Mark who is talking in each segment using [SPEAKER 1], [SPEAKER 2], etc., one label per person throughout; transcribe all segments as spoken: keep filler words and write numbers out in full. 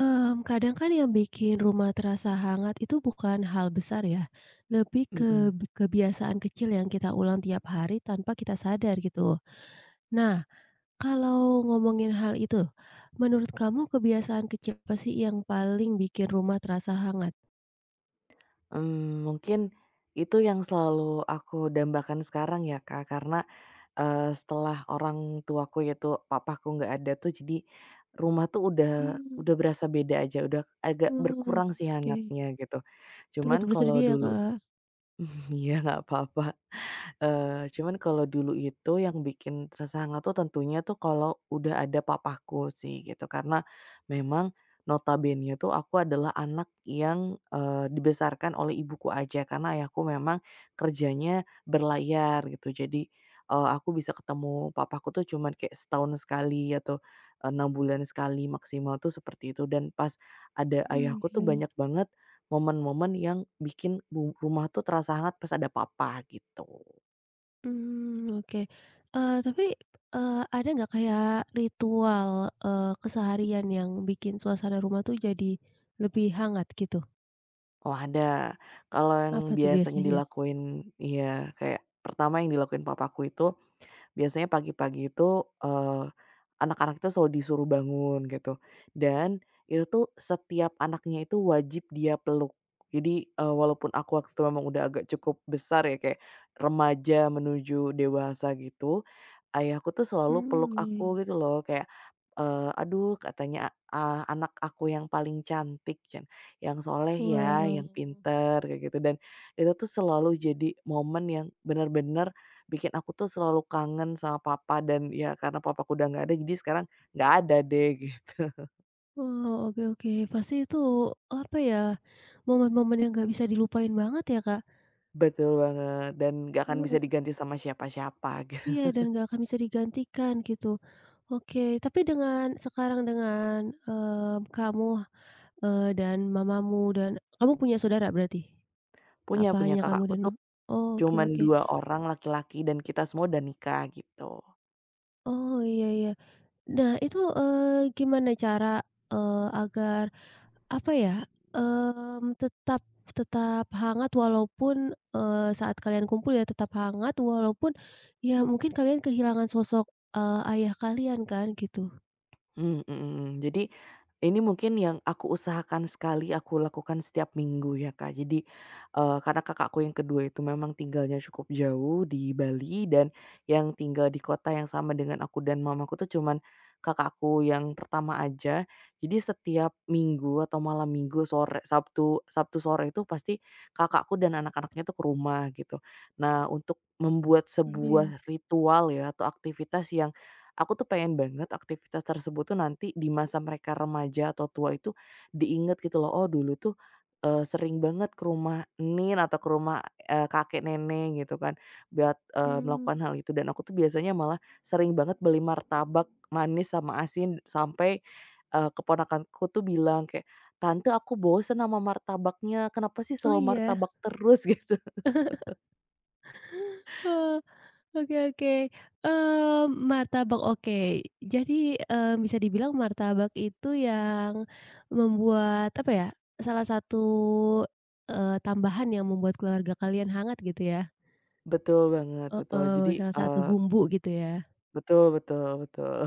[SPEAKER 1] Mmm, kadang kan yang bikin rumah terasa hangat itu bukan hal besar ya, lebih ke
[SPEAKER 2] Mhm,
[SPEAKER 1] b kebiasaan kecil yang kita ulang tiap hari tanpa kita sadar gitu. Nah, Kalau ngomongin hal itu, menurut kamu kebiasaan kecil apa sih yang paling bikin rumah terasa hangat?
[SPEAKER 2] mmm, mungkin itu yang selalu aku dambakan sekarang ya, Kak, karena, eee, setelah orang tuaku yaitu papaku nggak ada tuh jadi rumah tuh udah
[SPEAKER 1] Hmm.
[SPEAKER 2] udah berasa beda aja, udah agak
[SPEAKER 1] Oh,
[SPEAKER 2] berkurang sih
[SPEAKER 1] oke.
[SPEAKER 2] hangatnya gitu.
[SPEAKER 1] Turut
[SPEAKER 2] Cuman kalau
[SPEAKER 1] bersedia,
[SPEAKER 2] dulu
[SPEAKER 1] Kak.
[SPEAKER 2] Iya, nggak apa-apa. Eee, cuman kalau dulu itu yang bikin tersangat tuh tentunya tuh kalau udah ada papaku sih gitu, karena memang notabene tuh aku adalah anak yang, eee, dibesarkan oleh ibuku aja karena ayahku memang kerjanya berlayar gitu. Jadi, eee, aku bisa ketemu papaku tuh cuman kayak setahun sekali atau, eee, enam bulan sekali maksimal tuh seperti itu dan pas ada
[SPEAKER 1] Mmm,
[SPEAKER 2] ayahku tuh
[SPEAKER 1] oke.
[SPEAKER 2] banyak banget momen-momen yang bikin ru rumah tuh terasa hangat pas ada papa gitu.
[SPEAKER 1] Mmm, oke. Eee, tapi, eee, ada nggak kayak ritual, eee, keseharian yang bikin suasana rumah tuh jadi lebih hangat gitu?
[SPEAKER 2] Oh ada, kalau yang
[SPEAKER 1] Apa tuh
[SPEAKER 2] biasanya
[SPEAKER 1] biasanya?
[SPEAKER 2] dilakuin iya kayak pertama yang dilakuin papaku itu biasanya pagi-pagi itu, eee, anak-anak itu selalu disuruh bangun gitu, dan itu tuh setiap anaknya itu wajib dia peluk. Jadi, eee, walaupun aku waktu itu memang udah agak cukup besar ya, kayak remaja menuju dewasa gitu, ayahku tuh selalu
[SPEAKER 1] Mmm,
[SPEAKER 2] peluk
[SPEAKER 1] iya iya.
[SPEAKER 2] aku gitu loh, kayak, eee, "Aduh," katanya, "a anak aku yang paling cantik, Cen, yang soleh ya,
[SPEAKER 1] Wow.
[SPEAKER 2] yang pinter," kayak gitu. Dan itu tuh selalu jadi momen yang benar-benar bikin aku tuh selalu kangen sama papa dan ya karena papaku udah nggak ada jadi sekarang nggak ada deh gitu.
[SPEAKER 1] Oh, oke oke. Pasti itu, apa ya, momen-momen yang nggak bisa dilupain banget ya, Kak?
[SPEAKER 2] Betul banget dan nggak akan bisa
[SPEAKER 1] Heeh.
[SPEAKER 2] diganti sama siapa-siapa
[SPEAKER 1] Iya,
[SPEAKER 2] gitu.
[SPEAKER 1] dan nggak akan bisa digantikan gitu. Oke, tapi dengan sekarang dengan, eee, kamu, eee, dan mamamu dan kamu punya saudara berarti?
[SPEAKER 2] Punya
[SPEAKER 1] Apa
[SPEAKER 2] punya
[SPEAKER 1] hanya kamu
[SPEAKER 2] kakakku
[SPEAKER 1] dan
[SPEAKER 2] tuh
[SPEAKER 1] mama? Oh, oke
[SPEAKER 2] cuman
[SPEAKER 1] oke.
[SPEAKER 2] dua orang laki-laki dan kita semua udah nikah gitu.
[SPEAKER 1] Oh, iya iya. Nah, itu, eee, gimana cara, eee, agar apa ya, mmm, tetap tetap hangat walaupun, eee, saat kalian kumpul ya tetap hangat walaupun ya mungkin kalian kehilangan sosok, eee, ayah kalian kan gitu?
[SPEAKER 2] Mmm, mhm. Jadi ini mungkin yang aku usahakan sekali aku lakukan setiap minggu ya, Kak. Jadi, eee, karena kakakku yang kedua itu memang tinggalnya cukup jauh di Bali dan yang tinggal di kota yang sama dengan aku dan mamaku tuh cuman kakakku yang pertama aja. Jadi setiap minggu atau malam minggu sore, Sabtu Sabtu sore itu pasti kakakku dan anak-anaknya tuh ke rumah gitu. Nah, untuk membuat
[SPEAKER 1] Iya.
[SPEAKER 2] sebuah ritual ya atau aktivitas yang aku tuh pengen banget aktivitas tersebut tuh nanti di masa mereka remaja atau tua itu diingat gitu loh, "Oh dulu tuh, eee, sering banget ke rumah Nin atau ke rumah, eee, kakek nenek," gitu kan, buat, eee,
[SPEAKER 1] Mmm.
[SPEAKER 2] melakukan hal itu dan aku tuh biasanya malah sering banget beli martabak manis sama asin sampai, eee, keponakanku tuh bilang kayak, "Tante aku bosen sama martabaknya, kenapa sih
[SPEAKER 1] Oh,
[SPEAKER 2] selalu
[SPEAKER 1] iya?
[SPEAKER 2] martabak terus?" Gitu.
[SPEAKER 1] Oke oke, eee, martabak oke. Jadi, eee, bisa dibilang martabak itu yang membuat apa ya, salah satu, eee, tambahan yang membuat keluarga kalian hangat gitu ya?
[SPEAKER 2] Betul banget, betul.
[SPEAKER 1] Heeh,
[SPEAKER 2] Jadi,
[SPEAKER 1] salah satu
[SPEAKER 2] eee
[SPEAKER 1] bumbu gitu ya?
[SPEAKER 2] betul betul betul.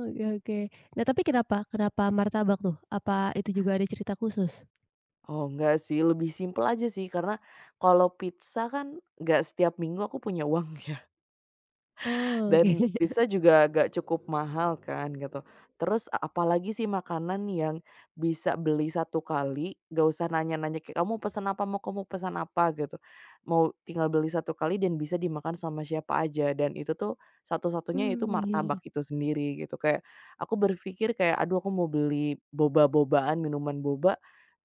[SPEAKER 1] Oke oke. Nah tapi kenapa kenapa martabak tuh? Apa itu juga ada cerita khusus?
[SPEAKER 2] Oh enggak sih, lebih simpel aja sih karena kalau pizza kan enggak setiap minggu aku punya uang ya.
[SPEAKER 1] Oh oke.
[SPEAKER 2] Dan pizza juga agak cukup mahal kan gitu. Terus a apalagi sih makanan yang bisa beli satu kali, gak usah nanya-nanya kayak, "Kamu pesan apa? Mau kamu pesan apa?" Gitu. Mau tinggal beli satu kali dan bisa dimakan sama siapa aja dan itu tuh satu-satunya itu
[SPEAKER 1] Mmm, iya.
[SPEAKER 2] martabak itu sendiri gitu. Kayak aku berpikir kayak, "Aduh aku mau beli boba-bobaan, minuman boba,"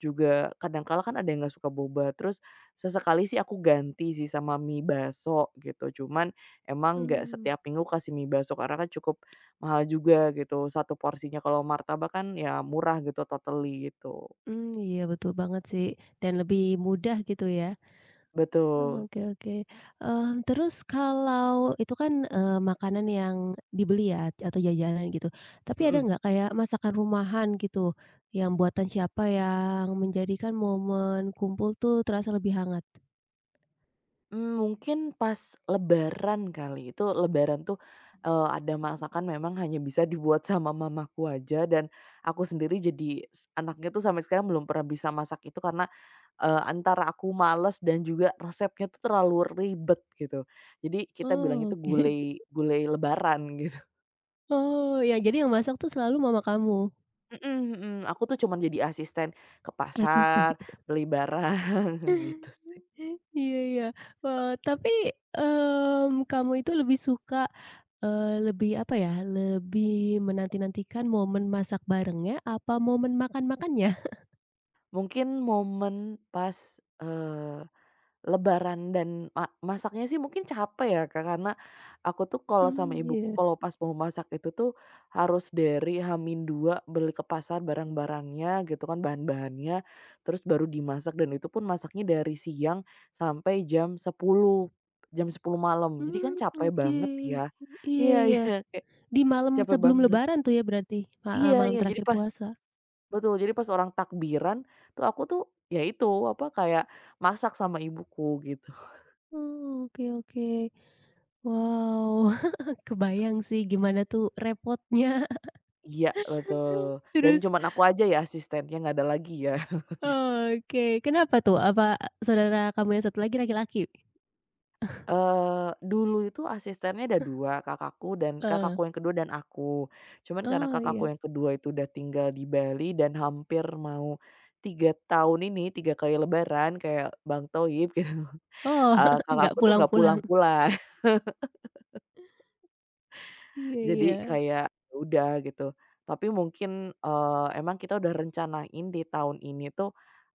[SPEAKER 2] juga kadang kala kan ada yang nggak suka boba. Terus sesekali sih aku ganti sih sama mie baso gitu, cuman emang nggak
[SPEAKER 1] Mmm,
[SPEAKER 2] setiap minggu kasih mie bakso karena kan cukup mahal juga gitu, satu porsinya. Kalau martabak kan ya murah gitu, totally gitu.
[SPEAKER 1] mmm, iya betul banget sih dan lebih mudah gitu ya?
[SPEAKER 2] Betul,
[SPEAKER 1] Oke oke, mmm, terus kalau itu kan, eee, makanan yang dibeli ya atau jajanan gitu, tapi ada
[SPEAKER 2] mhm.
[SPEAKER 1] nggak kayak masakan rumahan gitu, yang buatan siapa yang menjadikan momen kumpul tuh terasa lebih hangat?
[SPEAKER 2] Mmm, mungkin pas lebaran kali, itu lebaran tuh, eee, ada masakan memang hanya bisa dibuat sama mamaku aja dan aku sendiri jadi s anaknya tuh sampai sekarang belum pernah bisa masak itu karena, eee, antara aku males dan juga resepnya tuh terlalu ribet gitu. Jadi kita bilang
[SPEAKER 1] Oh
[SPEAKER 2] itu
[SPEAKER 1] oke.
[SPEAKER 2] gulai gulai lebaran gitu.
[SPEAKER 1] Oh, ya jadi yang masak tuh selalu mama kamu?
[SPEAKER 2] Mhm mhm, aku tuh cuman jadi asisten ke
[SPEAKER 1] Asisten.
[SPEAKER 2] pasar, beli barang gitu sih.
[SPEAKER 1] Iya iya. Wah tapi, mmm, kamu itu lebih suka, eee, lebih apa ya, lebih menanti-nantikan momen masak barengnya apa momen makan-makannya?
[SPEAKER 2] Mungkin momen pas, eee, lebaran dan ma masaknya sih mungkin capek ya Kak, karena aku tuh kalau sama
[SPEAKER 1] Hmm,
[SPEAKER 2] ibuku
[SPEAKER 1] iya.
[SPEAKER 2] kalau pas mau masak itu tuh harus dari hamin dua beli ke pasar barang-barangnya gitu kan, bahan-bahannya, terus baru dimasak dan itu pun masaknya dari siang sampai jam sepuluh jam sepuluh malam. Jadi kan
[SPEAKER 1] Hmm,
[SPEAKER 2] capek
[SPEAKER 1] oke.
[SPEAKER 2] banget ya.
[SPEAKER 1] Iya
[SPEAKER 2] Iya
[SPEAKER 1] iya.
[SPEAKER 2] iya, kayak
[SPEAKER 1] Di malam
[SPEAKER 2] capek
[SPEAKER 1] sebelum
[SPEAKER 2] banget.
[SPEAKER 1] lebaran tuh ya berarti? Heeh,
[SPEAKER 2] Iya
[SPEAKER 1] malam
[SPEAKER 2] iya, jadi
[SPEAKER 1] terakhir
[SPEAKER 2] pas
[SPEAKER 1] puasa?
[SPEAKER 2] betul, jadi pas orang takbiran tuh aku tuh, ya itu, apa, kayak masak sama ibuku gitu.
[SPEAKER 1] Oh, oke oke. Wow, kebayang sih gimana tuh repotnya.
[SPEAKER 2] Iya, betul, dan
[SPEAKER 1] Terus
[SPEAKER 2] cuman aku aja ya asistennya, nggak ada lagi ya.
[SPEAKER 1] oke, kenapa tuh? Apa saudara kamu yang satu lagi laki-laki?
[SPEAKER 2] Eee, dulu itu asistennya ada dua kakakku dan
[SPEAKER 1] Heeh.
[SPEAKER 2] kakakku yang kedua dan aku. Cuman karena
[SPEAKER 1] Oh,
[SPEAKER 2] kakakku
[SPEAKER 1] iya.
[SPEAKER 2] yang kedua itu udah tinggal di Bali dan hampir mau tiga tahun ini, tiga kali lebaran kayak Bang Thoib gitu,
[SPEAKER 1] Oh,
[SPEAKER 2] eee,
[SPEAKER 1] nggak
[SPEAKER 2] kakakku tuh nggak
[SPEAKER 1] pulang-pulang.
[SPEAKER 2] pulang-pulang.
[SPEAKER 1] Iya iya.
[SPEAKER 2] Jadi kayak, ya udah gitu. Tapi mungkin, eee, emang kita udah rencanain di tahun ini tuh,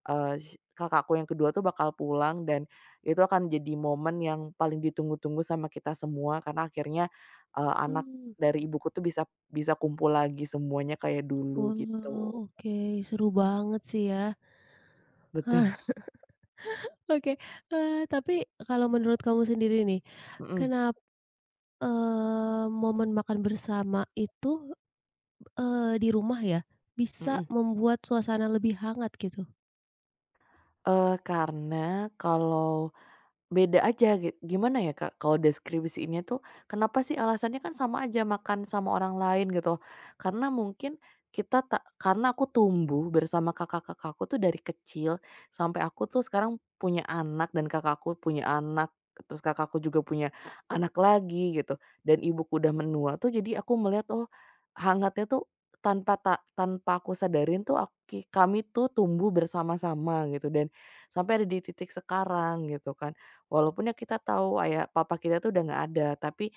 [SPEAKER 2] eee, si kakakku yang kedua tuh bakal pulang dan itu akan jadi momen yang paling ditunggu-tunggu sama kita semua karena akhirnya, eee, anak
[SPEAKER 1] Mmm.
[SPEAKER 2] dari ibuku tuh bisa bisa kumpul lagi semuanya kayak dulu
[SPEAKER 1] Wow,
[SPEAKER 2] gitu.
[SPEAKER 1] oke, seru banget sih ya.
[SPEAKER 2] Betul,
[SPEAKER 1] Hah, oke, eee, tapi kalau menurut kamu sendiri nih,
[SPEAKER 2] mhm
[SPEAKER 1] kenapa eee, momen makan bersama itu, eee, di rumah ya, bisa
[SPEAKER 2] mhm.
[SPEAKER 1] membuat suasana lebih hangat gitu?
[SPEAKER 2] Eee, karena kalau beda aja gitu gimana ya Kak, kalau deskripsiinnya tuh kenapa sih alasannya kan sama aja makan sama orang lain gitu, karena mungkin kita tak karena aku tumbuh bersama kakak-kakakku tuh dari kecil, sampai aku tuh sekarang punya anak dan kakakku punya anak, terus kakakku juga punya anak lagi gitu, dan ibuku udah menua tuh jadi aku melihat, oh hangatnya tuh tanpa tak tanpa aku sadarin tuh ak kami tuh tumbuh bersama-sama gitu dan sampai ada di titik sekarang gitu kan. Walaupun ya kita tahu ayah papa kita tuh udah nggak ada, tapi,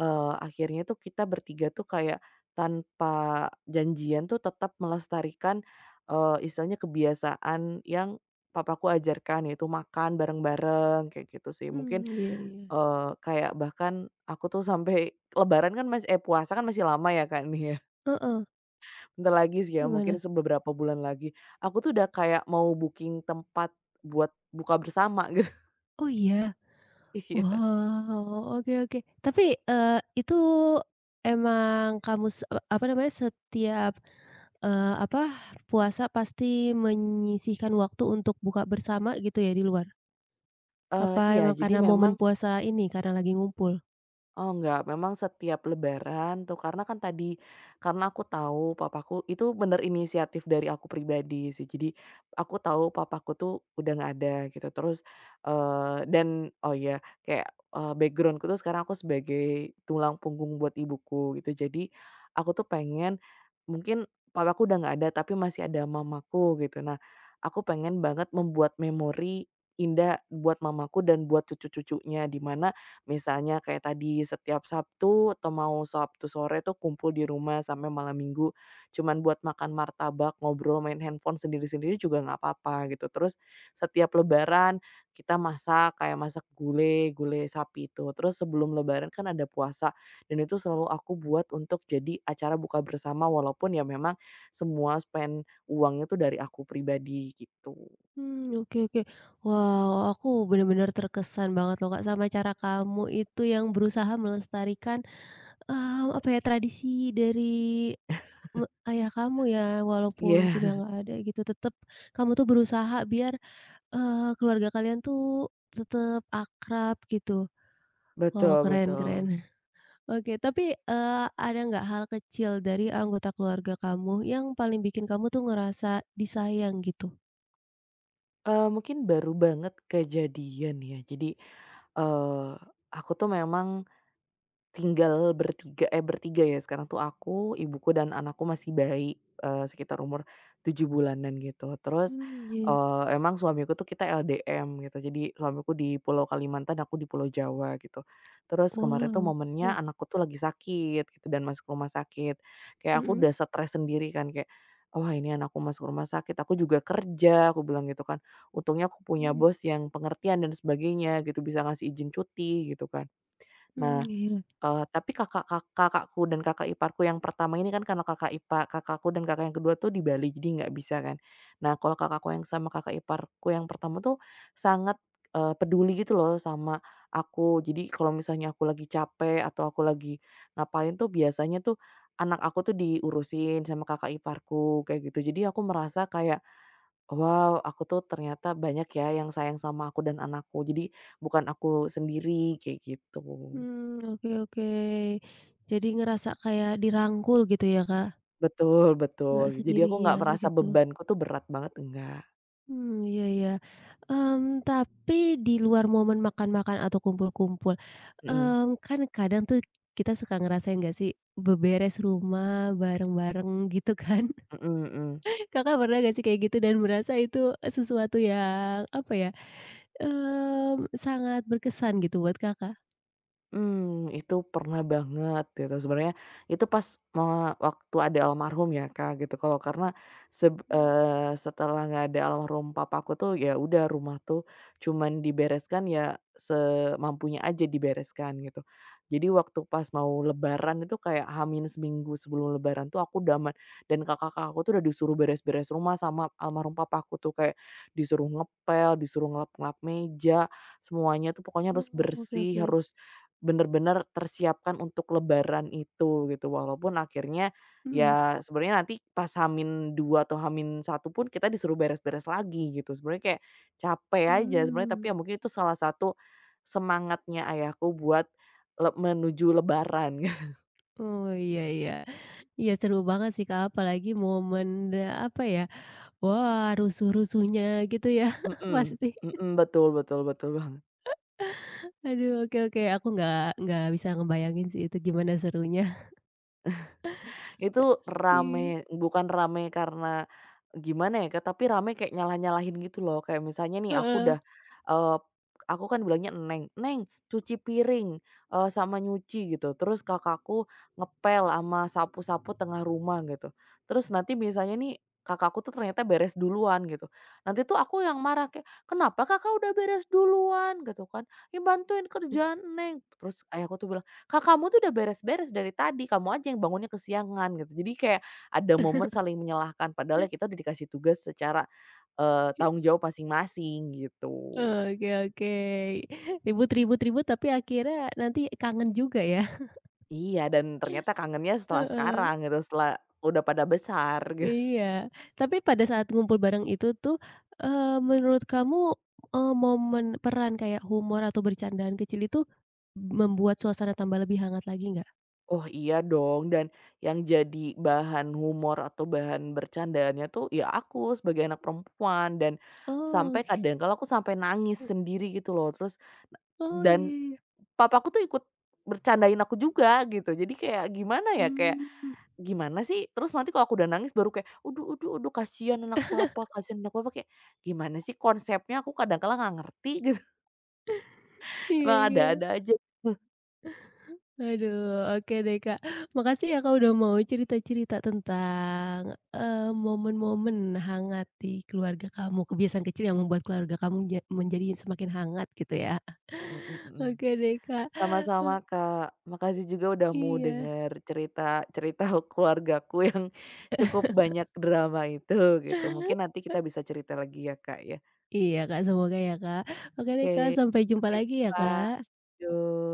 [SPEAKER 2] eee, akhirnya tuh kita bertiga tuh kayak tanpa janjian tuh tetap melestarikan, eee, istilahnya kebiasaan yang papaku ajarkan, yaitu makan bareng-bareng kayak gitu sih.
[SPEAKER 1] Mmm,
[SPEAKER 2] Mungkin,
[SPEAKER 1] iya iya.
[SPEAKER 2] eee, kayak bahkan aku tuh sampai lebaran kan masih eh, puasa kan masih lama ya, Kak, nih ya,
[SPEAKER 1] Heeh,
[SPEAKER 2] bentar lagi sih ya, mungkin
[SPEAKER 1] gimana?
[SPEAKER 2] se beberapa bulan lagi. Aku tuh udah kayak mau booking tempat buat buka bersama gitu.
[SPEAKER 1] Oh, iya?
[SPEAKER 2] Iya.
[SPEAKER 1] Wow, oke oke. Tapi, eee, itu emang kamu se e apa namanya, setiap, eee, apa, puasa pasti menyisihkan waktu untuk buka bersama gitu ya di luar?
[SPEAKER 2] Eee,
[SPEAKER 1] Apa
[SPEAKER 2] iya,
[SPEAKER 1] emang
[SPEAKER 2] jadi
[SPEAKER 1] karena momen
[SPEAKER 2] memang
[SPEAKER 1] puasa ini, karena lagi ngumpul?
[SPEAKER 2] oh enggak, memang setiap lebaran tuh karena kan tadi, karena aku tahu papaku itu bener inisiatif dari aku pribadi sih. Jadi aku tahu papaku tuh udah nggak ada gitu. Terus, eee, dan oh ya kayak, eee, background tuh sekarang aku sebagai tulang punggung buat ibuku gitu. Jadi aku tuh pengen mungkin papaku udah nggak ada tapi masih ada mamaku gitu. Nah, aku pengen banget membuat memori indah buat mamaku dan buat cucu-cucunya di mana misalnya kayak tadi setiap Sabtu atau mau Sabtu sore tuh kumpul di rumah sampai malam Minggu, cuman buat makan martabak, ngobrol, main handphone sendiri-sendiri juga nggak apa-apa gitu. Terus setiap lebaran kita masak, kayak masak gulai, gulai sapi itu. Terus sebelum lebaran kan ada puasa dan itu selalu aku buat untuk jadi acara buka bersama walaupun ya memang semua spend uangnya tuh dari aku pribadi gitu.
[SPEAKER 1] Hmm, oke oke. Wow, aku benar-benar terkesan banget loh, Kak, sama cara kamu itu yang berusaha melestarikan, eee, apa ya, tradisi dari Me ayah kamu ya, walaupun sudah
[SPEAKER 2] Iya,
[SPEAKER 1] nggak ada gitu, tetap kamu tuh berusaha biar, eee, keluarga kalian tuh tetap akrab gitu. Wow,
[SPEAKER 2] betul
[SPEAKER 1] keren keren.
[SPEAKER 2] betul.
[SPEAKER 1] Oke, tapi, eee, ada nggak hal kecil dari anggota keluarga kamu yang paling bikin kamu tuh ngerasa disayang gitu?
[SPEAKER 2] Eee, mungkin baru banget kejadian ya. Jadi, eee, aku tuh memang tinggal bertiga eh, bertiga ya sekarang tuh aku, ibuku, dan anakku masih bayi, eee, sekitar umur tujuh bulanan gitu. Terus,
[SPEAKER 1] Mmm, iya.
[SPEAKER 2] eee, emang suamiku tuh kita L D M gitu, jadi suamiku di Pulau Kalimantan, aku di Pulau Jawa gitu. Terus kemarin tuh
[SPEAKER 1] Wow,
[SPEAKER 2] momennya
[SPEAKER 1] oke.
[SPEAKER 2] anakku tuh lagi sakit gitu dan masuk rumah sakit. Kayak aku
[SPEAKER 1] Mhm
[SPEAKER 2] udah stres sendiri kan kayak, "Wah ini anakku masuk rumah sakit, aku juga kerja," aku bilang gitu kan. "Untungnya aku punya
[SPEAKER 1] mhm.
[SPEAKER 2] bos yang pengertian dan sebagainya gitu, bisa ngasih izin cuti," gitu kan.
[SPEAKER 1] Mmm,
[SPEAKER 2] Nah,
[SPEAKER 1] iya.
[SPEAKER 2] Eee, tapi kakak kak kakakku dan kakak iparku yang pertama ini kan karena kakak ipar kakakku dan kakak yang kedua tuh di Bali, jadi nggak bisa kan. Nah, kalau kakakku yang sama kakak iparku yang pertama tuh sangat, eee, peduli gitu loh sama aku. Jadi kalau misalnya aku lagi capek atau aku lagi ngapain tuh biasanya tuh anak aku tuh diurusin sama kakak iparku kayak gitu. Jadi aku merasa kayak, wow aku tuh ternyata banyak ya yang sayang sama aku dan anakku. Jadi bukan aku sendiri kayak gitu.
[SPEAKER 1] Mmm, oke oke. Jadi ngerasa kayak dirangkul gitu ya, Kak?
[SPEAKER 2] Betul
[SPEAKER 1] Nggak
[SPEAKER 2] betul. Jadi aku nggak
[SPEAKER 1] sendirian
[SPEAKER 2] merasa
[SPEAKER 1] gitu.
[SPEAKER 2] bebanku tuh berat banget, enggak.
[SPEAKER 1] Mmm, iya iya. Mmm, tapi di luar momen makan-makan atau kumpul-kumpul,
[SPEAKER 2] Mhm,
[SPEAKER 1] mmm, kan kadang tuh kita suka ngerasain nggak sih, beberes rumah bareng-bareng gitu kan.
[SPEAKER 2] mhm mhm.
[SPEAKER 1] Kakak pernah nggak sih kayak gitu dan merasa itu sesuatu yang apa ya, mmm, sangat berkesan gitu buat Kakak?
[SPEAKER 2] Mmm, itu pernah banget gitu sebenarnya itu pas me waktu ada almarhum ya Kak gitu kalau karena seb eee, setelah nggak ada almarhum papaku tuh ya udah rumah tuh cuman dibereskan ya semampunya aja dibereskan gitu. Jadi waktu pas mau lebaran itu kayak h min seminggu sebelum lebaran tuh aku udah aman dan kakak-kakak aku tuh udah disuruh beres-beres rumah sama almarhum papaku tuh kayak disuruh ngepel, disuruh ngelap-ngelap meja, semuanya tuh pokoknya harus
[SPEAKER 1] Oh, oke oke.
[SPEAKER 2] bersih, harus bener-bener tersiapkan untuk lebaran itu gitu, walaupun akhirnya
[SPEAKER 1] Mhm.
[SPEAKER 2] ya sebenarnya nanti pas Hamin dua atau Hamin satu pun kita disuruh beres-beres lagi gitu, sebenarnya kayak capek aja sebenarnya,
[SPEAKER 1] Mmm.
[SPEAKER 2] tapi ya mungkin itu salah satu semangatnya ayahku buat le menuju lebaran.
[SPEAKER 1] Oh, iya iya. Iya seru banget sih Kak, apalagi momen, eee, apa ya, wah rusuh-rusuhnya gitu ya
[SPEAKER 2] Mhm
[SPEAKER 1] pasti.
[SPEAKER 2] mhm, betul betul betul.
[SPEAKER 1] Aduh, oke oke, aku nggak nggak bisa ngebayangin sih itu gimana serunya.
[SPEAKER 2] Itu
[SPEAKER 1] Iya,
[SPEAKER 2] rame, bukan rame karena gimana ya, Kak, tapi rame kayak nyalah-nyalahin gitu loh. Kayak misalnya nih aku
[SPEAKER 1] heeh,
[SPEAKER 2] udah, eee, aku kan bilangnya "Neng," "Neng cuci piring," eee, sama nyuci gitu. Terus kakakku ngepel sama sapu-sapu tengah rumah gitu. Terus nanti misalnya nih kakakku tuh ternyata beres duluan gitu. Nanti tuh aku yang marah kayak, "Kenapa Kakak udah beres duluan?" Gitu kan, "Ya bantuin kerjaan Neng." Terus ayahku tuh bilang, Kak, kamu tuh udah beres-beres dari tadi, kamu aja yang bangunnya kesiangan gitu. Jadi kayak ada momen saling menyalahkan, padahal ya kita udah dikasih tugas secara, eee,
[SPEAKER 1] i
[SPEAKER 2] tanggung jawab masing-masing gitu.
[SPEAKER 1] oke oke. Ribut ribut ribut tapi akhirnya nanti kangen juga ya.
[SPEAKER 2] Iya, dan ternyata kangennya setelah
[SPEAKER 1] Heeh,
[SPEAKER 2] sekarang gitu, setelah udah pada besar gitu.
[SPEAKER 1] iya. Tapi pada saat ngumpul bareng itu tuh, eee, menurut kamu, eee, momen peran kayak humor atau bercandaan kecil itu membuat suasana tambah lebih hangat lagi nggak?
[SPEAKER 2] Oh iya dong, dan yang jadi bahan humor atau bahan bercandaannya tuh ya aku sebagai anak perempuan dan
[SPEAKER 1] Oh,
[SPEAKER 2] sampai
[SPEAKER 1] oke.
[SPEAKER 2] kadang kalau aku sampai nangis sendiri gitu loh, terus
[SPEAKER 1] Oh,
[SPEAKER 2] dan
[SPEAKER 1] iya iya.
[SPEAKER 2] papaku tuh ikut bercandain aku juga gitu. Jadi kayak gimana ya, kayak,
[SPEAKER 1] Mmm,
[SPEAKER 2] "Gimana sih?" Terus nanti kalau aku udah nangis baru kayak, uduh uduh uduh kasihan anak papa kasihan anak papa," kayak gimana sih konsepnya aku kadang kala nggak ngerti gitu.
[SPEAKER 1] iya
[SPEAKER 2] Emang
[SPEAKER 1] iya.
[SPEAKER 2] ada-ada aja.
[SPEAKER 1] Aduh, oke deh, Kak. Makasih ya, Kak, udah mau cerita-cerita tentang, eee, momen-momen hangat di keluarga kamu, kebiasaan kecil yang membuat keluarga kamu ja menjadi semakin hangat gitu ya.
[SPEAKER 2] Mhm mhm.
[SPEAKER 1] Oke deh, Kak,
[SPEAKER 2] Sama-sama,
[SPEAKER 1] eee,
[SPEAKER 2] Kak. Makasih juga udah mau
[SPEAKER 1] iya.
[SPEAKER 2] denger cerita-cerita keluargaku yang cukup banyak drama itu gitu. Mungkin nanti kita bisa cerita lagi ya, Kak, ya.
[SPEAKER 1] Iya, Kak, semoga ya, Kak. Oke deh, Kak,
[SPEAKER 2] Oke,
[SPEAKER 1] sampai jumpa
[SPEAKER 2] sampai
[SPEAKER 1] lagi ya,
[SPEAKER 2] jumpa.
[SPEAKER 1] Kak.
[SPEAKER 2] Yuk.